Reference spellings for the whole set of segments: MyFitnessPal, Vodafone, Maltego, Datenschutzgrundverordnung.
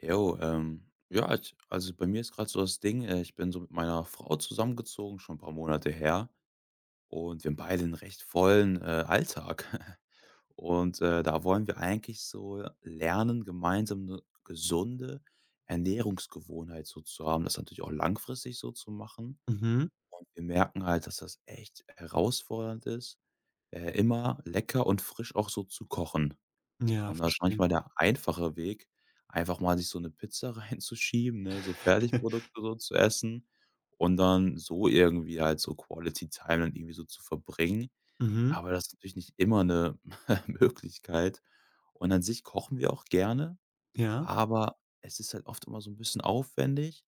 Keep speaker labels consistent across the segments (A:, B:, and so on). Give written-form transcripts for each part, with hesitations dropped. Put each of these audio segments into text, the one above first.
A: Jo, ja, also bei mir ist gerade so das Ding, ich bin so mit meiner Frau zusammengezogen, schon ein paar Monate her. Und wir haben beide einen recht vollen Alltag. Und da wollen wir eigentlich so lernen, gemeinsam eine gesunde Ernährungsgewohnheit so zu haben, das natürlich auch langfristig so zu machen.
B: Mhm.
A: Und wir merken halt, dass das echt herausfordernd ist, immer lecker und frisch auch so zu kochen.
B: Ja,
A: Und da ist
B: verstehe.
A: manchmal der einfache Weg, einfach mal sich so 'ne Pizza reinzuschieben, ne, so Fertigprodukte so zu essen und dann so irgendwie halt so Quality Time dann irgendwie so zu verbringen.
B: Mhm.
A: Aber das ist natürlich nicht immer 'ne Möglichkeit. Und an sich kochen wir auch gerne,
B: Ja.
A: aber es ist halt oft immer so 'n bisschen aufwendig,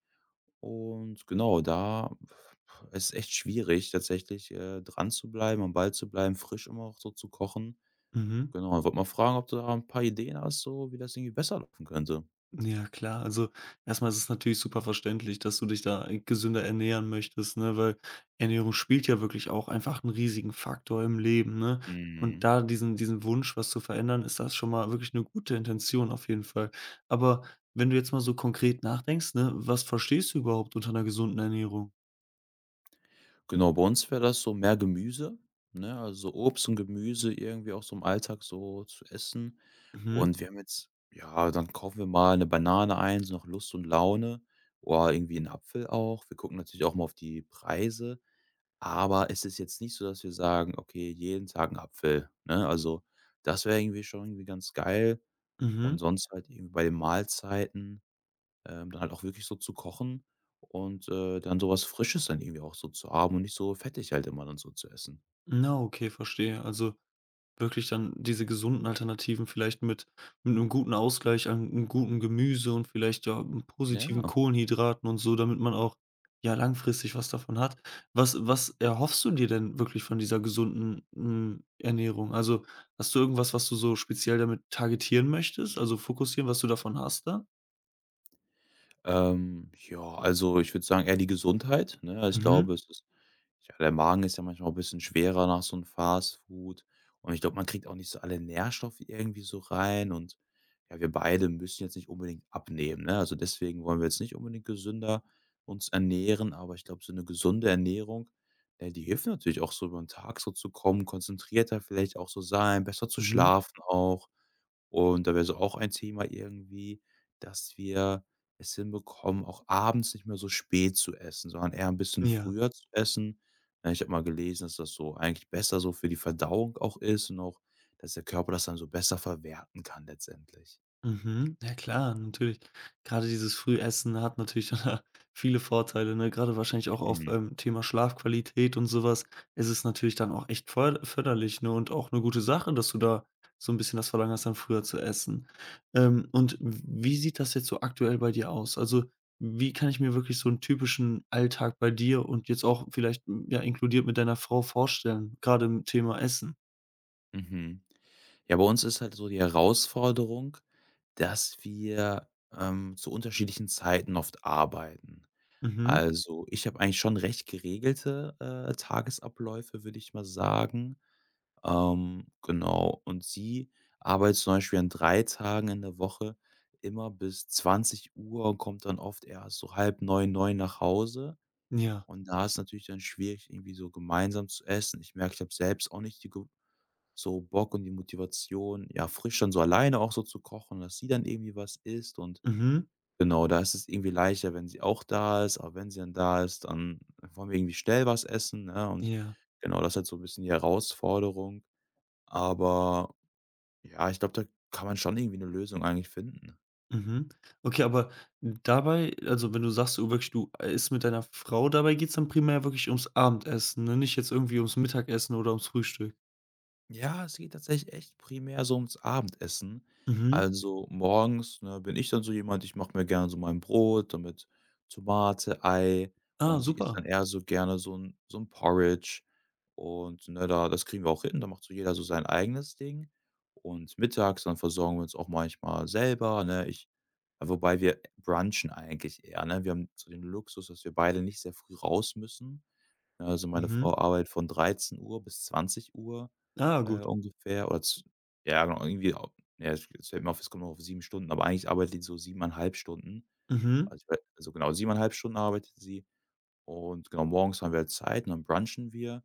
A: und genau, da, es ist echt schwierig tatsächlich, dran zu bleiben, am Ball zu bleiben, frisch immer auch so zu kochen.
B: Mhm.
A: Genau, ich wollte mal fragen, ob du da ein paar Ideen hast, so wie das irgendwie besser laufen könnte.
B: Ja, klar. Also, erstmal ist es natürlich super verständlich, dass du dich da gesünder ernähren möchtest, ne, weil Ernährung spielt ja wirklich auch einfach einen riesigen Faktor im Leben, ne? Und
A: Mhm.
B: da diesen Wunsch, was zu verändern, ist das schon mal wirklich eine gute Intention auf jeden Fall. Aber wenn du jetzt mal so konkret nachdenkst, ne, was verstehst du überhaupt unter einer gesunden Ernährung?
A: Genau, bei uns wäre das so mehr Gemüse, ne, also Obst und Gemüse irgendwie auch so im Alltag so zu essen.
B: Mhm.
A: Und wir haben jetzt, ja, dann kaufen wir mal eine Banane ein, so nach Lust und Laune, oder irgendwie einen Apfel auch. Wir gucken natürlich auch mal auf die Preise, aber es ist jetzt nicht so, dass wir sagen: „Okay, jeden Tag 'n Apfel", ne? Also, das wäre irgendwie schon irgendwie ganz geil, und
B: Mhm.
A: sonst halt irgendwie bei den Mahlzeiten, dann halt auch wirklich so zu kochen und, dann sowas Frisches dann irgendwie auch so zu haben und nicht so fettig halt immer dann so zu essen.
B: Na, okay, verstehe. Also wirklich dann diese gesunden Alternativen vielleicht mit einem guten Ausgleich an einem guten Gemüse und vielleicht, ja,
A: Ja,
B: positiven Kohlenhydraten und so, damit man auch, ja, langfristig was davon hat. Was erhoffst du dir denn wirklich von dieser gesunden, Ernährung? Also, hast du irgendwas, was du so speziell damit targetieren möchtest, also fokussieren, was du davon hast da.
A: ja, also, ich würde sagen, eher die Gesundheit, ne? Also, ich
B: Mhm,
A: glaube, es ist, ja, der Magen ist ja manchmal auch bisschen schwerer nach so 'n Fastfood. Und ich glaube, man kriegt auch nicht so alle Nährstoffe irgendwie so rein. Und ja, wir beide müssen jetzt nicht unbedingt abnehmen, ne? Also, deswegen wollen wir jetzt nicht unbedingt gesünder uns ernähren, aber ich glaube, so 'ne gesunde Ernährung, ne, die hilft natürlich auch so über 'n Tag so zu kommen, konzentrierter vielleicht auch so sein, besser zu
B: mhm,
A: schlafen auch. Und da wäre so auch ein Thema irgendwie, dass wir es hinbekommen, auch abends nicht mehr so spät zu essen, sondern eher 'n bisschen
B: ja.
A: früher zu essen. Ja, ich habe mal gelesen, dass das so eigentlich besser so für die Verdauung auch ist und auch, dass der Körper das dann so besser verwerten kann letztendlich.
B: Mhm. Ja klar, natürlich. Gerade dieses Frühessen hat natürlich viele Vorteile, ne? Gerade wahrscheinlich auch auf,
A: Mhm.
B: Thema Schlafqualität und sowas ist es natürlich dann auch echt förderlich, ne, und auch eine gute Sache, dass du da so ein bisschen das Verlangen hast, dann früher zu essen. Und wie sieht das jetzt so aktuell bei dir aus? Also, wie kann ich mir wirklich so einen typischen Alltag bei dir und jetzt auch vielleicht, ja, inkludiert mit deiner Frau vorstellen, gerade im Thema Essen?
A: Mhm. Ja, bei uns ist halt so die Herausforderung, dass wir, zu unterschiedlichen Zeiten oft arbeiten.
B: Mhm.
A: Also, ich habe eigentlich schon recht geregelte, Tagesabläufe, würde ich mal sagen. Genau. Und sie arbeitet zum Beispiel an 3 Tagen in der Woche immer bis 20 Uhr und kommt dann oft erst so halb neun, neun nach Hause.
B: Ja.
A: Und da ist natürlich dann schwierig, irgendwie so gemeinsam zu essen. Ich merke, ich habe selbst auch nicht die Ge so Bock und die Motivation, ja, frisch dann so alleine auch so zu kochen, dass sie dann irgendwie was isst. Und
B: Mhm.
A: genau, da ist es irgendwie leichter, wenn sie auch da ist. Aber wenn sie dann da ist, dann wollen wir irgendwie schnell was essen, ne? Und
B: Ja.
A: genau, das ist halt so ein bisschen die Herausforderung. Aber ja, ich glaube, da kann man schon irgendwie 'ne Lösung eigentlich finden.
B: Mhm. Okay, aber dabei, also, wenn du sagst, du isst mit deiner Frau, dabei geht's dann primär wirklich ums Abendessen, ne? Nicht jetzt irgendwie ums Mittagessen oder ums Frühstück.
A: Ja, es geht tatsächlich echt primär so ums Abendessen.
B: Mhm.
A: Also, morgens, ne, bin ich dann so jemand, ich mache mir gerne so mein Brot, dann mit Tomate, Ei,
B: Ah,
A: und sie isst
B: super.
A: dann eher so gerne so 'n Porridge, und, ne, da, das kriegen wir auch hin, da macht so jeder so sein eigenes Ding. Und mittags, dann versorgen wir uns auch manchmal selber, ne? Ich Ja, wobei wir brunchen eigentlich eher, ne? Wir haben so den Luxus, dass wir beide nicht sehr früh raus müssen. Ne, also, meine
B: Mhm.
A: Frau arbeitet von 13 Uhr bis 20:00,
B: Ah, gut.
A: ungefähr, oder z ja, genau, irgendwie au ja, es fällt mir auf, es kommt noch auf 7 Stunden, aber eigentlich arbeitet die so 7,5 Stunden.
B: Mhm.
A: Also, ich wei also, genau, 7,5 Stunden arbeitet sie, und genau, morgens haben wir halt Zeit, und dann brunchen wir,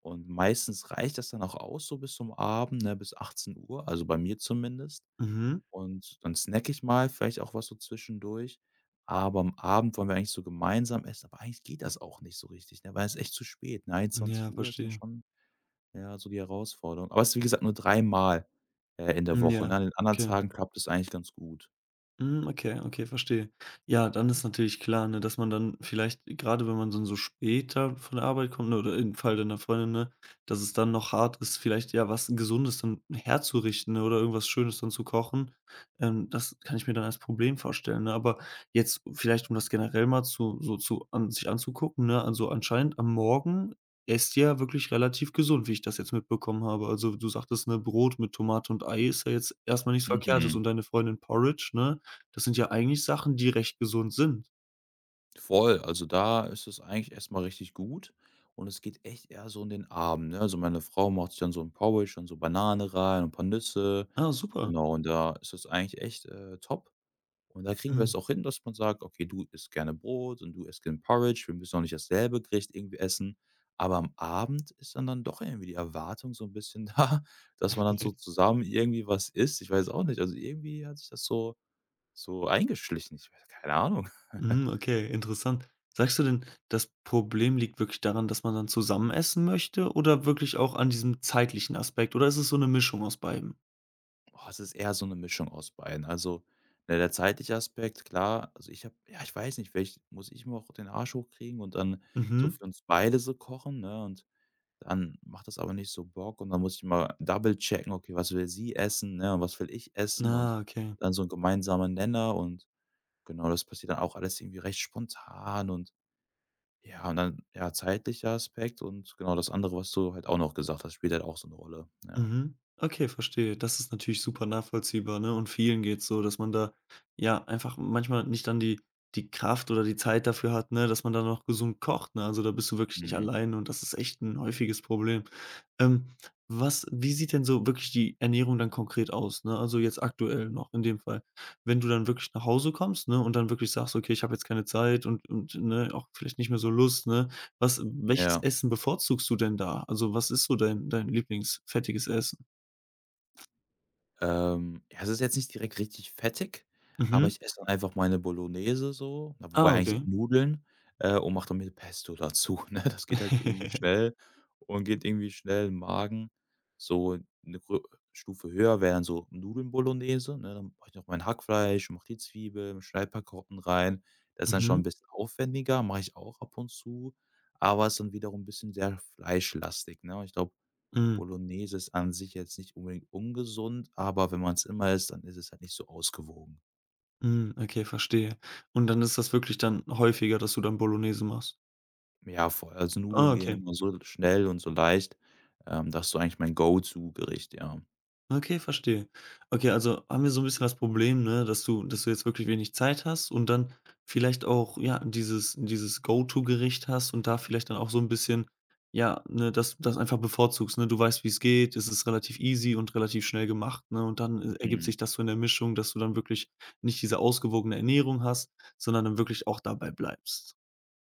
A: und meistens reicht das dann auch aus so bis zum Abend, ne, bis 18 Uhr, also, bei mir zumindest.
B: Mhm.
A: Und dann snacke ich mal, vielleicht auch was so zwischendurch. Aber am Abend wollen wir eigentlich so gemeinsam essen, aber eigentlich geht das auch nicht so richtig, ne, weil es ist echt zu spät, ne? einundzwanzig
B: Ja,
A: Uhr ist dann
B: verstehe.
A: schon, ja, so die Herausforderung. Aber es ist, wie gesagt, nur dreimal, in der
B: Hm,
A: Woche,
B: ja.
A: ne? An den anderen
B: Okay.
A: Tagen klappt es eigentlich ganz gut.
B: Mhm, okay, okay, verstehe. Ja, dann ist natürlich klar, ne, dass man dann vielleicht, gerade, wenn man dann so später von der Arbeit kommt, ne, oder im Fall deiner Freundin, ne, dass es dann noch hart ist, vielleicht, ja, was Gesundes dann herzurichten, ne, oder irgendwas Schönes dann zu kochen. Das kann ich mir dann als Problem vorstellen, ne? Aber jetzt vielleicht, um das generell mal zu so zu an sich anzugucken, ne, also anscheinend am Morgen esst ihr ja wirklich relativ gesund, wie ich das jetzt mitbekommen habe. Also, du sagtest, ne, Brot mit Tomate und Ei ist ja jetzt erstmal nichts Verkehrtes
A: Mhm.
B: und deine Freundin Porridge, ne? Das sind ja eigentlich Sachen, die recht gesund sind.
A: Voll, also da ist es eigentlich erstmal richtig gut, und es geht echt eher so in den Abend, ne? Also, meine Frau macht sich dann so ein Porridge und so Banane rein und ein paar Nüsse.
B: Ah, super.
A: Genau, und da ist es eigentlich echt, top. Und da kriegen wir es
B: Mhm,
A: auch hin, dass man sagt: „Okay, du isst gerne Brot und du isst gerne Porridge. Wir müssen auch nicht dasselbe Gericht irgendwie essen." Aber am Abend ist dann doch irgendwie die Erwartung so ein bisschen da, dass man dann
B: okay.
A: so zusammen irgendwie was isst. Ich weiß auch nicht. Also, irgendwie hat sich das so eingeschlichen. Ich weiß, keine Ahnung.
B: Mhm, okay, interessant. Sagst du denn, das Problem liegt wirklich daran, dass man dann zusammen essen möchte oder wirklich auch an diesem zeitlichen Aspekt, oder ist es so eine Mischung aus beidem?
A: Oh, es ist eher so eine Mischung aus beiden. Also, ne, der zeitliche Aspekt, klar. Also, ich habe, ja, ich weiß nicht, vielleicht muss ich mir auch den Arsch hochkriegen und dann so
B: Mhm.
A: für uns beide so kochen, ne? Und dann macht das aber nicht so Bock, und dann muss ich mal double checken: „Okay, was will sie essen, ne, und was will ich essen?" Und
B: Ah, okay.
A: dann so 'n gemeinsamer Nenner, und genau, das passiert dann auch alles irgendwie recht spontan, und ja, und dann, ja, zeitlicher Aspekt und genau das andere, was du halt auch noch gesagt hast, spielt halt auch so 'ne Rolle. Ja.
B: Mhm. Okay, verstehe. Das ist natürlich super nachvollziehbar, ne? Und vielen geht's so, dass man da ja einfach manchmal nicht dann die Kraft oder die Zeit dafür hat, ne, dass man dann noch gesund kocht, ne? Also, da bist du wirklich nicht
A: Mhm.
B: allein und das ist echt ein häufiges Problem. Ähm, was wie sieht denn so wirklich die Ernährung dann konkret aus, ne? Also, jetzt aktuell noch in dem Fall. Wenn du dann wirklich nach Hause kommst, ne, und dann wirklich sagst: „Okay, ich habe jetzt keine Zeit und, ne, auch vielleicht nicht mehr so Lust“, ne? Was welches
A: Ja.
B: Essen bevorzugst du denn da? Also, was ist so dein Lieblingsfettiges Essen?
A: Ja, es ist jetzt nicht direkt richtig fettig, aber
B: Mhm.
A: ich esse dann einfach meine Bolognese so, na, wobei
B: Ah,
A: eigentlich eher
B: okay.
A: Nudeln, und mache dann mit Pesto dazu, ne? Das geht halt irgendwie schnell und geht irgendwie schnell in 'n Magen. So 'ne grö Stufe höher wäre dann so Nudeln-Bolognese, ne? Dann mache ich noch mein Hackfleisch und mache die Zwiebeln, schneide paar Karotten rein. Das ist dann schon 'n
B: Mhm.
A: bisschen aufwendiger, mache ich auch ab und zu, aber ist dann wiederum 'n bisschen sehr fleischlastig, ne? Und ich glaube,
B: Mhm.
A: Bolognese ist an sich jetzt nicht unbedingt ungesund, aber wenn man es immer isst, dann ist es halt nicht so ausgewogen.
B: Mhm. Okay, verstehe. Und dann ist das wirklich dann häufiger, dass du dann Bolognese machst?
A: Ja, voll. Also, Nudeln
B: Ah,
A: gehen
B: okay.
A: immer so schnell und so leicht. Das ist so eigentlich mein Go-to-Gericht, ja.
B: Okay, verstehe. Okay, also haben wir so ein bisschen das Problem, ne, dass du jetzt wirklich wenig Zeit hast und dann vielleicht auch, ja, dieses Go-to-Gericht hast und da vielleicht dann auch so ein bisschen, ja, ne, das einfach bevorzugst, ne? Du weißt, wie es geht, es ist relativ easy und relativ schnell gemacht, ne? Und dann, ergibt
A: Mhm.
B: sich das so in der Mischung, dass du dann wirklich nicht diese ausgewogene Ernährung hast, sondern dann wirklich auch dabei bleibst.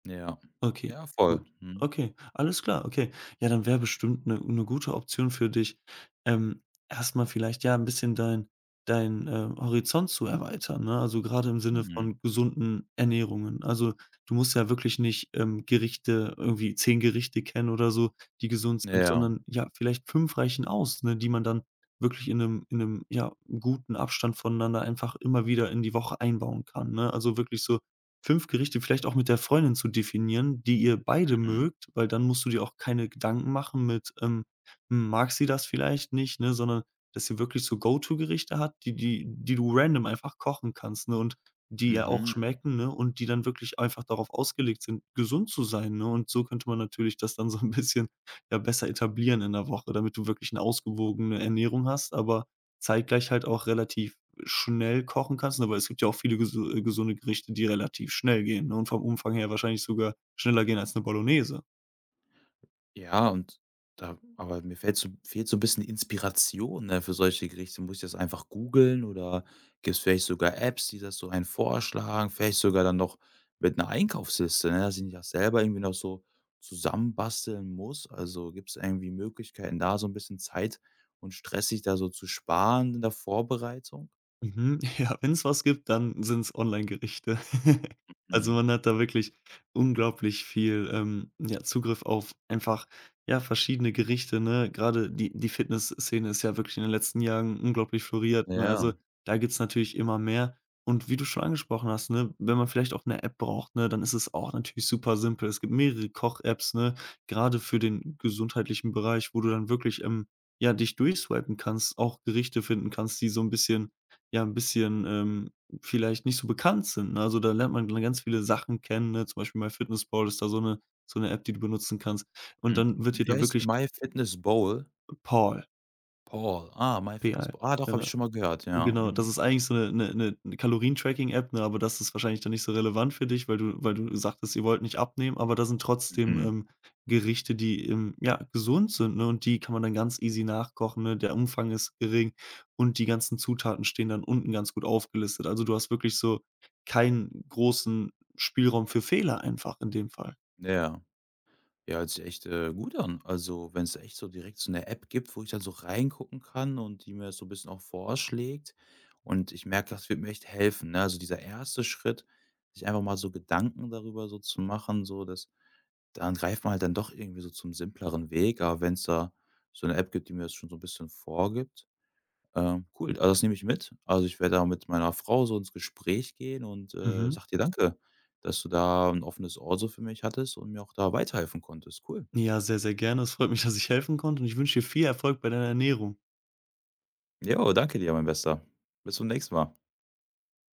A: Ja.
B: Okay,
A: Ja, voll.
B: gut.
A: Mhm.
B: Okay, alles klar, okay. Ja, dann wäre bestimmt eine gute Option für dich, ähm, erst vielleicht, ja, ein bisschen dein Horizont zu erweitern, ne? Also, gerade im Sinne
A: Mhm.
B: von gesunden Ernährungen. Also, du musst ja wirklich nicht, Gerichte irgendwie 10 Gerichte kennen oder so, die gesund
A: Ja.
B: sind,
A: Ja.
B: sondern, ja, vielleicht 5 reichen aus, ne, die man dann wirklich in einem, ja, guten Abstand voneinander einfach immer wieder in die Woche einbauen kann, ne? Also, wirklich so 5 Gerichte vielleicht auch mit der Freundin zu definieren, die ihr beide
A: Mhm.
B: mögt, weil dann musst du dir auch keine Gedanken machen mit, mag sie das vielleicht nicht, ne, sondern dass sie wirklich so Go-to-Gerichte hat, die du random einfach kochen kannst, ne, und die ja auch
A: Mhm.
B: schmecken, ne, und die dann wirklich einfach darauf ausgelegt sind, gesund zu sein, ne? Und so könnte man natürlich das dann so ein bisschen, ja, besser etablieren in der Woche, damit du wirklich eine ausgewogene Ernährung hast, aber zeitgleich halt auch relativ schnell kochen kannst, aber es gibt ja auch viele gesunde Gerichte, die relativ schnell gehen, ne, und vom Umfang her wahrscheinlich sogar schneller gehen als eine Bolognese.
A: Ja, und da, aber mir fällt, so fehlt so ein bisschen die Inspiration, ne, für solche Gerichte. Muss ich das einfach googeln, oder gibt es vielleicht sogar Apps, die das so einen vorschlagen? Vielleicht sogar dann noch mit einer Einkaufsliste, ne, dass ich nicht auch selber irgendwie noch so zusammenbasteln muss. Also, gibt es irgendwie Möglichkeiten, da so ein bisschen Zeit und Stress sich da so zu sparen in der Vorbereitung?
B: Mhm. Ja, wenn es was gibt, dann sind's Online-Gerichte. Also,
A: Mhm.
B: man hat da wirklich unglaublich viel, ja, Zugriff auf einfach, ja, verschiedene Gerichte, ne? Gerade die Fitnessszene ist ja wirklich in den letzten Jahren unglaublich floriert, ne?
A: Ja,
B: Also, da gibt's natürlich immer mehr. Und wie du schon angesprochen hast, ne, wenn man vielleicht auch eine App braucht, ne, dann ist es auch natürlich super simpel. Es gibt mehrere Koch-Apps, ne, gerade für den gesundheitlichen Bereich, wo du dann wirklich, ja, dich durchswipen kannst, auch Gerichte finden kannst, die so ein bisschen ja, ein bisschen, vielleicht nicht so bekannt sind, ne? Also, da lernt man dann ganz viele Sachen kennen, ne? Zum Beispiel MyFitnessPal ist da so eine App, die du benutzen kannst. Und dann
A: mhm.
B: wird dir
A: Wie
B: da
A: heißt die?
B: wirklich
A: MyFitnessPal?
B: Paul
A: Paul. Ah,
B: PAL,
A: MyFitnessPal. Ah, doch, habe ich
B: genau.
A: schon mal gehört, ja.
B: Genau,
A: Mhm.
B: das ist eigentlich so 'ne Kalorien-Tracking-App, ne, aber das ist wahrscheinlich dann nicht so relevant für dich, weil du sagtest, ihr wollt nicht abnehmen, aber da sind trotzdem,
A: Mhm.
B: Gerichte, die, ja, gesund sind, ne, und die kann man dann ganz easy nachkochen, ne? Der Umfang ist gering und die ganzen Zutaten stehen dann unten ganz gut aufgelistet. Also, du hast wirklich so keinen großen Spielraum für Fehler einfach in dem Fall.
A: Ja. Ja, hört sich echt, gut an. Also, wenn es echt so direkt so eine App gibt, wo ich dann so reingucken kann und die mir so ein bisschen auch vorschlägt, und ich merke, das wird mir echt helfen, ne? Also, dieser erste Schritt, sich einfach mal so Gedanken darüber so zu machen, so dass, dann greift man halt dann doch irgendwie so zum simpleren Weg, aber wenn es da so eine App gibt, die mir das schon so ein bisschen vorgibt, cool. Also, das nehme ich mit. Also, ich werde da mit meiner Frau so ins Gespräch gehen und,
B: Mhm.
A: sage dir danke, dass du da ein offenes Ohr so für mich hattest und mir auch da weiterhelfen konntest. Cool.
B: Ja, sehr, sehr gerne. Es freut mich, dass ich helfen konnte und ich wünsche dir viel Erfolg bei deiner Ernährung.
A: Jo, danke dir, mein Bester. Bis zum nächsten Mal.